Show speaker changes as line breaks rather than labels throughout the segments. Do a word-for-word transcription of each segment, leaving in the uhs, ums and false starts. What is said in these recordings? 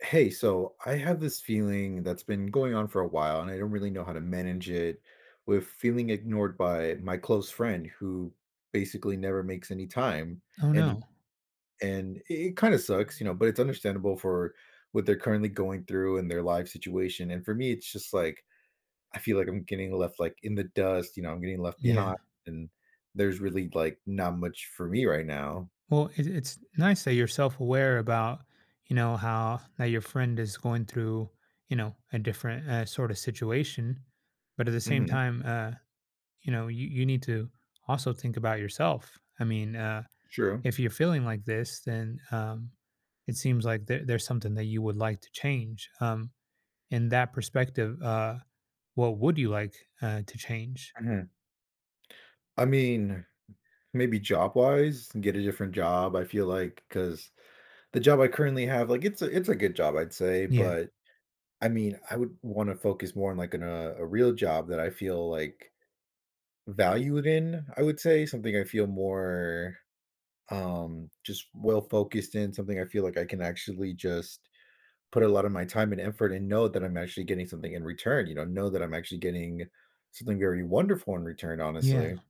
Hey, so I have this feeling that's been going on for a while, and I don't really know how to manage it with feeling ignored by my close friend who basically never makes any time.
Oh,
And he-
no.
and it kind of sucks, you know, but it's understandable for what they're currently going through and their life situation. And for me, it's just like I feel like I'm getting left like in the dust, you know, I'm getting left
Yeah.
behind, and there's really like not much for me right now.
Well, it, it's nice that you're self aware about, you know, how that your friend is going through, you know, a different uh, sort of situation. But at the same
Hmm.
time, uh, you know, you, you need to also think about yourself. I mean, uh,
True.
if you're feeling like this, then um, it seems like there, there's something that you would like to change. Um, in that perspective, uh, what would you like uh, to change?
Mhm. I mean, maybe job wise and get a different job, I feel like because the job I currently have, like it's a it's a good job, I'd say,
Yeah.
but I mean, I would wanna focus more on like an, uh, a real job that I feel like valued in, I would say, something I feel more, um, just well focused in, something I feel like I can actually just put a lot of my time and effort and know that I'm actually getting something in return, you know, know that I'm actually getting something very wonderful in return,
Yeah.
honestly.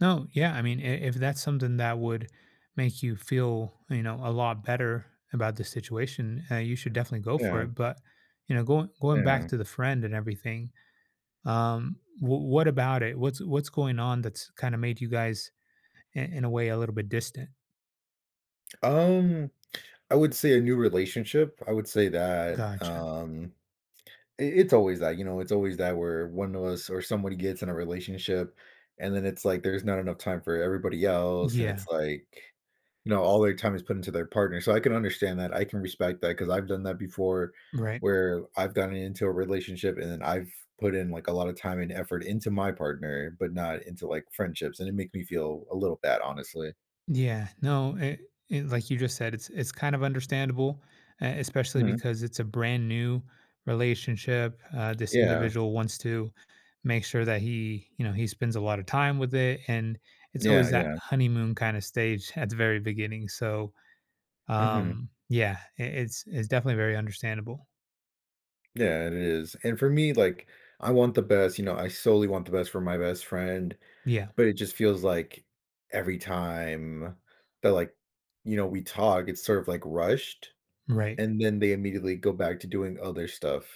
No, yeah, I mean, I if that's something that would make you feel, you know, a lot better about the situation, uh, you should definitely go for
Yeah,
it. But, you know, going going
yeah.
back to the friend and everything, um, wh- what about it? What's what's going on that's kind of made you guys, in, in a way, a little bit distant?
Um, I would say a new relationship. I would say that,
Gotcha.
um, I it's always that, you know, it's always that where one of us or somebody gets in a relationship, and then it's like there's not enough time for everybody else, and it's
Yeah.
like, you know, all their time is put into their partner, so I can understand that, I can respect that because 'cause I've done that before
Right.
where I've gotten into a relationship and then I've put in, like, a lot of time and effort into my partner, but not into, like, friendships, and it makes me feel a little bad, honestly.
Yeah, no, it, it, like you just said, it's it's kind of understandable, uh, especially
Mhm.
because it's a brand new relationship. Uh, this
Yeah.
individual wants to make sure that he, you know, he spends a lot of time with it, and it's
Yeah,
always that
yeah.
honeymoon kind of stage at the very beginning. So,
Mhm.
um, yeah, it, it's it's definitely very understandable.
Yeah, it is. And for me, like, I want the best, you know, I solely want the best for my best friend,
Yeah,
but it just feels like every time that, like, you know, we talk, it's sort of like rushed,
right.
and then they immediately go back to doing other stuff.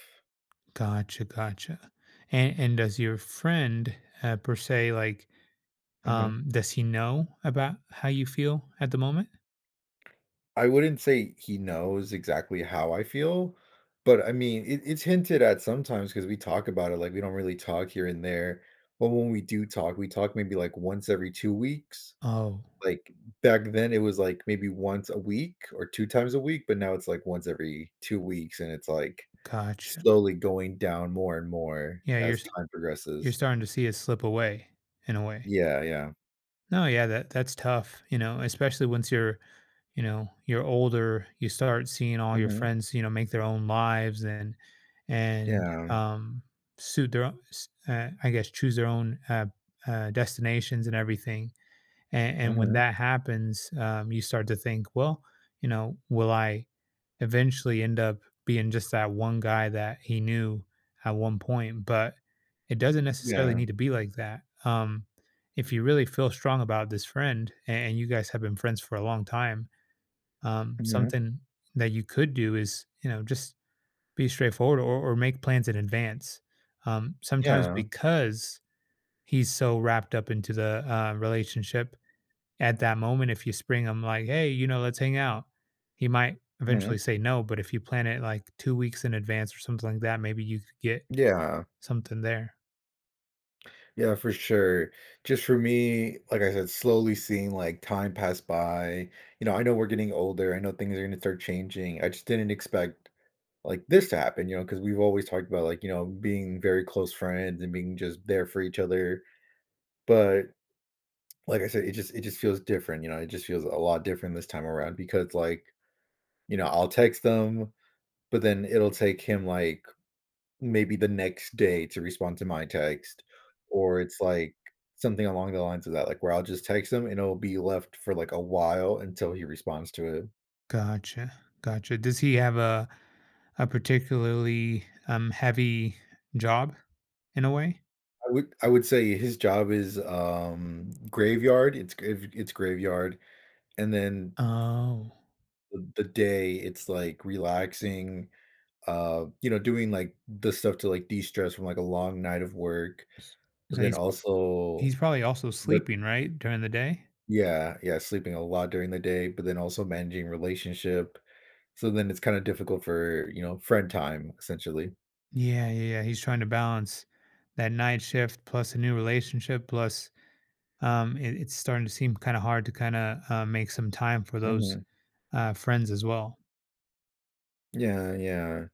Gotcha, gotcha. And and does your friend uh, per se like?
Hmm.
Um, does he know about how you feel at the moment?
I wouldn't say he knows exactly how I feel, but I mean, it, it's hinted at sometimes because we talk about it, like, we don't really talk here and there. But when we do talk, we talk maybe like once every two weeks.
Oh,
Like, back then, it was, like, maybe once a week or two times a week, but now it's, like, once every two weeks, and it's, like,
gotcha.
slowly going down more and more
Yeah, you're
as
s-
time
you're
progresses.
starting to see it slip away in a way.
Yeah, yeah.
No, yeah, that that's tough, you know, especially once you're, you know, you're older, you start seeing all your
Mhm.
friends, you know, make their own lives and and
Yeah.
um suit their own, s- uh, I guess choose their own uh, uh destinations and everything. And and when
Mhm.
that happens, um you start to think, well, you know, will I eventually end up being just that one guy that he knew at one point, but it doesn't necessarily
Yeah.
need to be like that. Um, if you really feel strong about this friend and and you guys have been friends for a long time, um,
Mhm.
something that you could do is, you know, just be straightforward or, or make plans in advance. Um, sometimes
Yeah.
because he's so wrapped up into the uh, relationship, at that moment, if you spring him like, "Hey, you know, let's hang out," he might
Mhm.
eventually say no, but if you plan it like two weeks in advance or something like that, maybe you could get
Yeah.
something there.
Yeah, for sure. Just for me, like I said, slowly seeing, like, time pass by, you know, I know we're getting older, I know things are gonna start changing, I just didn't expect like this to happen, you know, because we've always talked about like, you know, being very close friends and being just there for each other. But like I said, it just it just feels different, you know, it just feels a lot different this time around because like, you know, I'll text them, but then it'll take him like maybe the next day to respond to my text. Or it's like something along the lines of that, like where I'll just text him and it'll be left for like a while until he responds to it.
Gotcha, gotcha. Does he have a a particularly, um, heavy job in a way?
I would I would say his job is um graveyard. It's gra- it's graveyard. And then
Oh,
the the day, it's, like, relaxing, uh, you know, doing, like, the stuff to, like, de-stress from, like, a long night of work,
s
but
so
then
he's prob
also
he's probably also
but
sleeping, right, during the day?
yeah, yeah, sleeping a lot during the day, but then also managing relationship. So then it's kinda difficult for, you know, friend time, essentially.
Yeah, yeah, yeah, he's trying to balance that night shift plus a new relationship plus um, it, it's starting to seem kind of hard to kind of uh, make some time for those
Mhm.
uh, friends as well.
Yeah, yeah.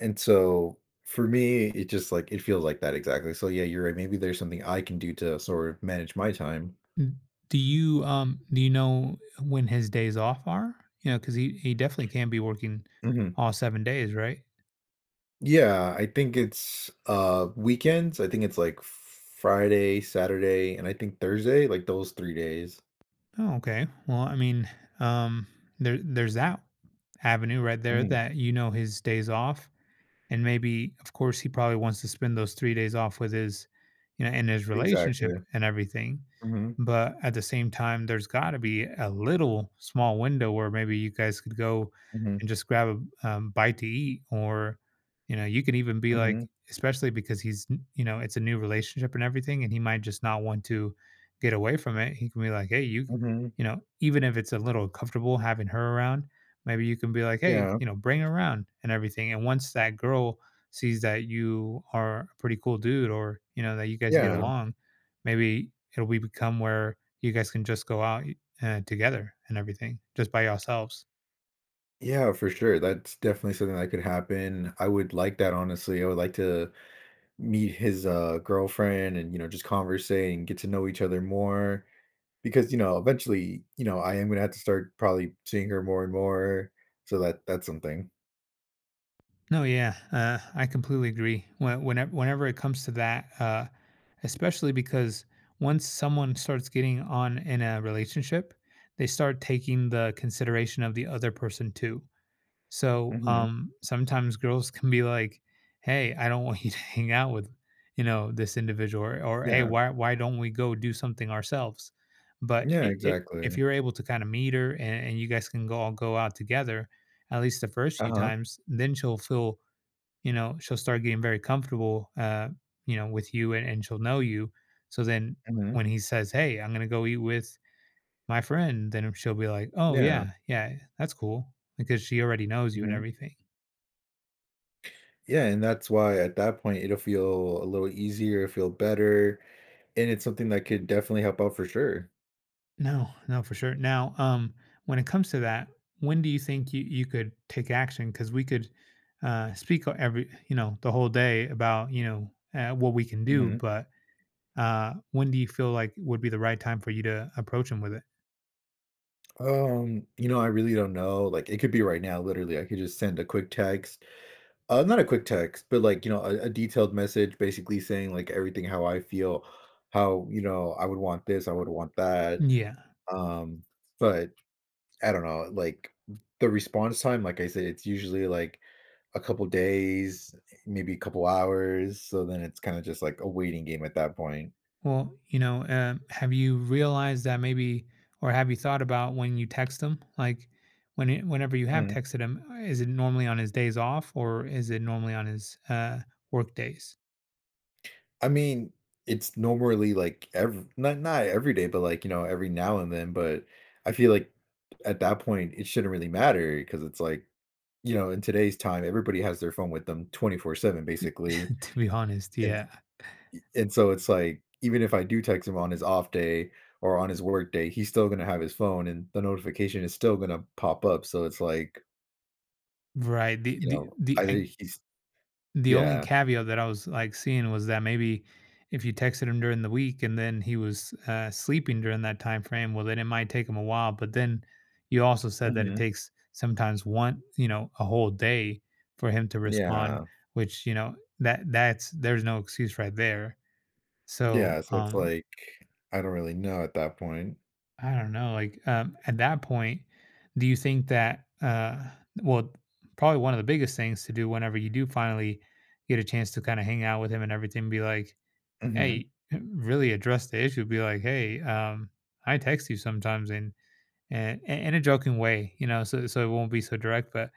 And so, for me, it just, like it feels like that exactly. So, yeah, you're right, maybe there's something I can do to sort of manage my time.
N- Do you um do you know when his days off are? You know, because he he definitely can be working
Mhm.
all seven days, right?
Yeah, I think it's, uh, weekends, I think it's, like, Friday, Saturday, and I think Thursday, like, those three days.
Oh, okay. Well, I mean, um, there there's that avenue right there
Mhm.
that you know his days off. And maybe of course he probably wants to spend those three days off with his you know, in his
Exactly.
relationship and everything.
Mhm,
But at the same time, there's gotta be a little small window where maybe you guys could go
mhm,
and just grab a, um, bite to eat or, you know, you could even be like
mhm,
especially because he's n you know, it's a new relationship and everything, and he might just not want to get away from it. He can be like, "Hey, you,"
mhm.
you know, even if it's a little uncomfortable having her around, maybe you can be like, "Hey,
Yeah,
you know, bring her around and everything." And once that girl sees that you are a pretty cool dude or, you know, that you guys get
yeah,
along, maybe it'll be become where you guys can just go out, uh, together and everything just by yourselves.
yeah, for sure, that's definitely something that could happen. I would like that, honestly, I would like to meet his, uh, girlfriend and, you know, just conversate and get to know each other more because, you know, eventually, you know, I am gonna have to start probably seeing her more and more, so that that's something.
No, yeah, uh, I completely agree. When whenever whenever it comes to that, uh, especially because once someone starts getting on in a relationship, they start taking the consideration of the other person too. So,
Mhm,
um, sometimes girls can be like, "Hey, I don't want you to hang out with, you know, this individual," or, or "Hey,
yeah.
why why don't we go do something ourselves?" But
Yeah,
it, it, if
exactly.
you're able to kind of meet her and, and you guys can go all go out together, at least the first few
Uh-huh,
times, then she'll feel, you know, she'll start getting very comfortable, uh, you know, with you and, and she'll know you. So then
mhm,
when he says, "Hey, I'm gonna go eat with my friend," then she'll be like, "Oh
yeah,
yeah, yeah, that's cool," because she already knows you and
mhm.
everything.
Yeah, and that's why at that point, it'll feel a little easier, feel better, and it's something that could definitely help out for sure.
No, no, for sure. Now, um, when it comes to that, when do you think you, you could take action? Because we could uh, speak o- every, you know, the whole day about, you know, uh, what we can do,
Mhm.
but uh, when do you feel like would be the right time for you to approach them with it?
Um, you know, I really don't know, like, it could be right now, literally, I could just send a quick text uh, not a quick text, but, like, you know, a a detailed message basically saying, like, everything how I feel, how, you know, I would want this, I would want that,
Yeah.
um, but I don't know, like, the response time, like I said, it's usually, like, a couple days, maybe a couple hours. So then it's kind of just like a waiting game at that point.
Well, you know, um, have you realized that maybe, or have you thought about when you text him? Like, when it, whenever you have
Mm.
texted him, is it normally on his days off or is it normally on his uh, work days?
I mean, it's normally like every not not every day, but like you know every now and then. But I feel like at that point it shouldn't really matter because it's like you know in today's time everybody has their phone with them twenty four seven basically,
To be honest,
and
yeah.
and so it's like even if I do text him on his off day or on his work day, he's still gonna have his phone and the notification is still gonna pop up. So it's like
Right. The
you
the
know
the
either
I
he's
the only
Yeah.
caveat that I was, like, seeing was that maybe if you texted him during the week and then he was, uh, sleeping during that time frame, well, then it might take him a while, but then you also said that it
Mhm.
takes sometimes one you know, a whole day for him to respond,
Yeah.
which, you know, that that's there's no excuse right there.
Yeah,
So,
so it's
um
like, I don't really know at that point.
I don't know, like, um, at that point, do you think that, uh well, probably one of the biggest things to do whenever you do finally get a chance to kinda hang out with him and everything, be like,
Mhm.
"Hey," really address the issue, be like, "Hey, um, I text you sometimes and and in a joking way, you know, so so it won't be so direct. But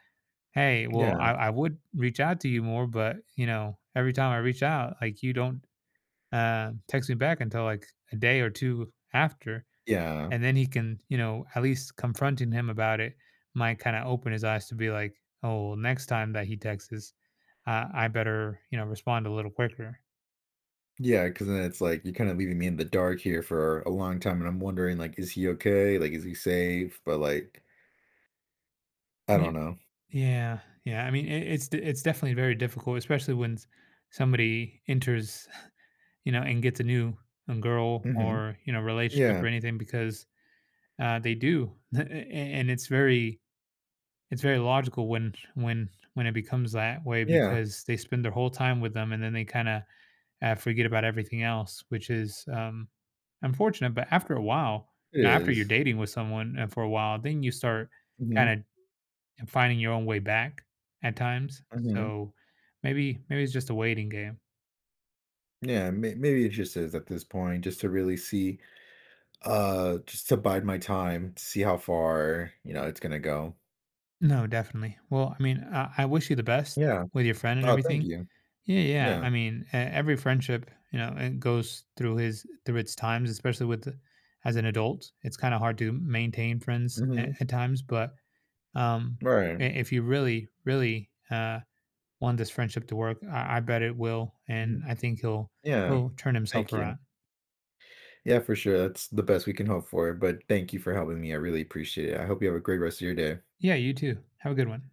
hey, well,
Yeah.
I I would reach out to you more, but, you know, every time I reach out, like, you don't, uh, text me back until, like, a day or two after."
Yeah.
And then he can, you know, at least confronting him about it might kind of open his eyes to be like, oh, well, next time that he texts us, uh, I better, you know, respond a little quicker.
Because then it's like, you're kinda leaving me in the dark here for a long time, and I'm wondering, like, is he okay? Like, is he safe? But, like, I
Yeah,
don't know.
yeah, yeah. I mean, it, it's d- it's definitely very difficult, especially when s- somebody enters, you know, and gets a new um, girl
Mhm.
or you know relationship
Yeah.
or anything because uh, they do, and it's very it's very logical when when when it becomes that way
Yeah.
because they spend their whole time with them and then they kind of uh, forget about everything else, which is um, unfortunate. But after a while,
It
you know, after you're
is.
dating with someone uh, for a while, then you start
Mhm.
kind of finding your own way back at times.
Mhm.
So maybe maybe it's just a waiting game.
Yeah, may maybe it just is at this point just to really see, uh, just to bide my time, see how far, you know, it's gonna go.
No, definitely. Well, I mean, I, I wish you the best
Yeah.
with your friend and
Oh, thank
everything.
you.
Yeah, yeah.
Yeah.
I mean, e- every friendship, you know, it goes through his through its times, especially with the- as an adult. It's kind of hard to maintain friends
Mhm.
at, at times, but um,
Right.
i- if you really, really uh, want this friendship to work, I, I bet it will, and
Mm.
I think he'll
Yeah,
he'll turn himself
thank you.
around.
Yeah, for sure. That's the best we can hope for, but thank you for helping me. I really appreciate it. I hope you have a great rest of your day.
Yeah, you too. Have a good one.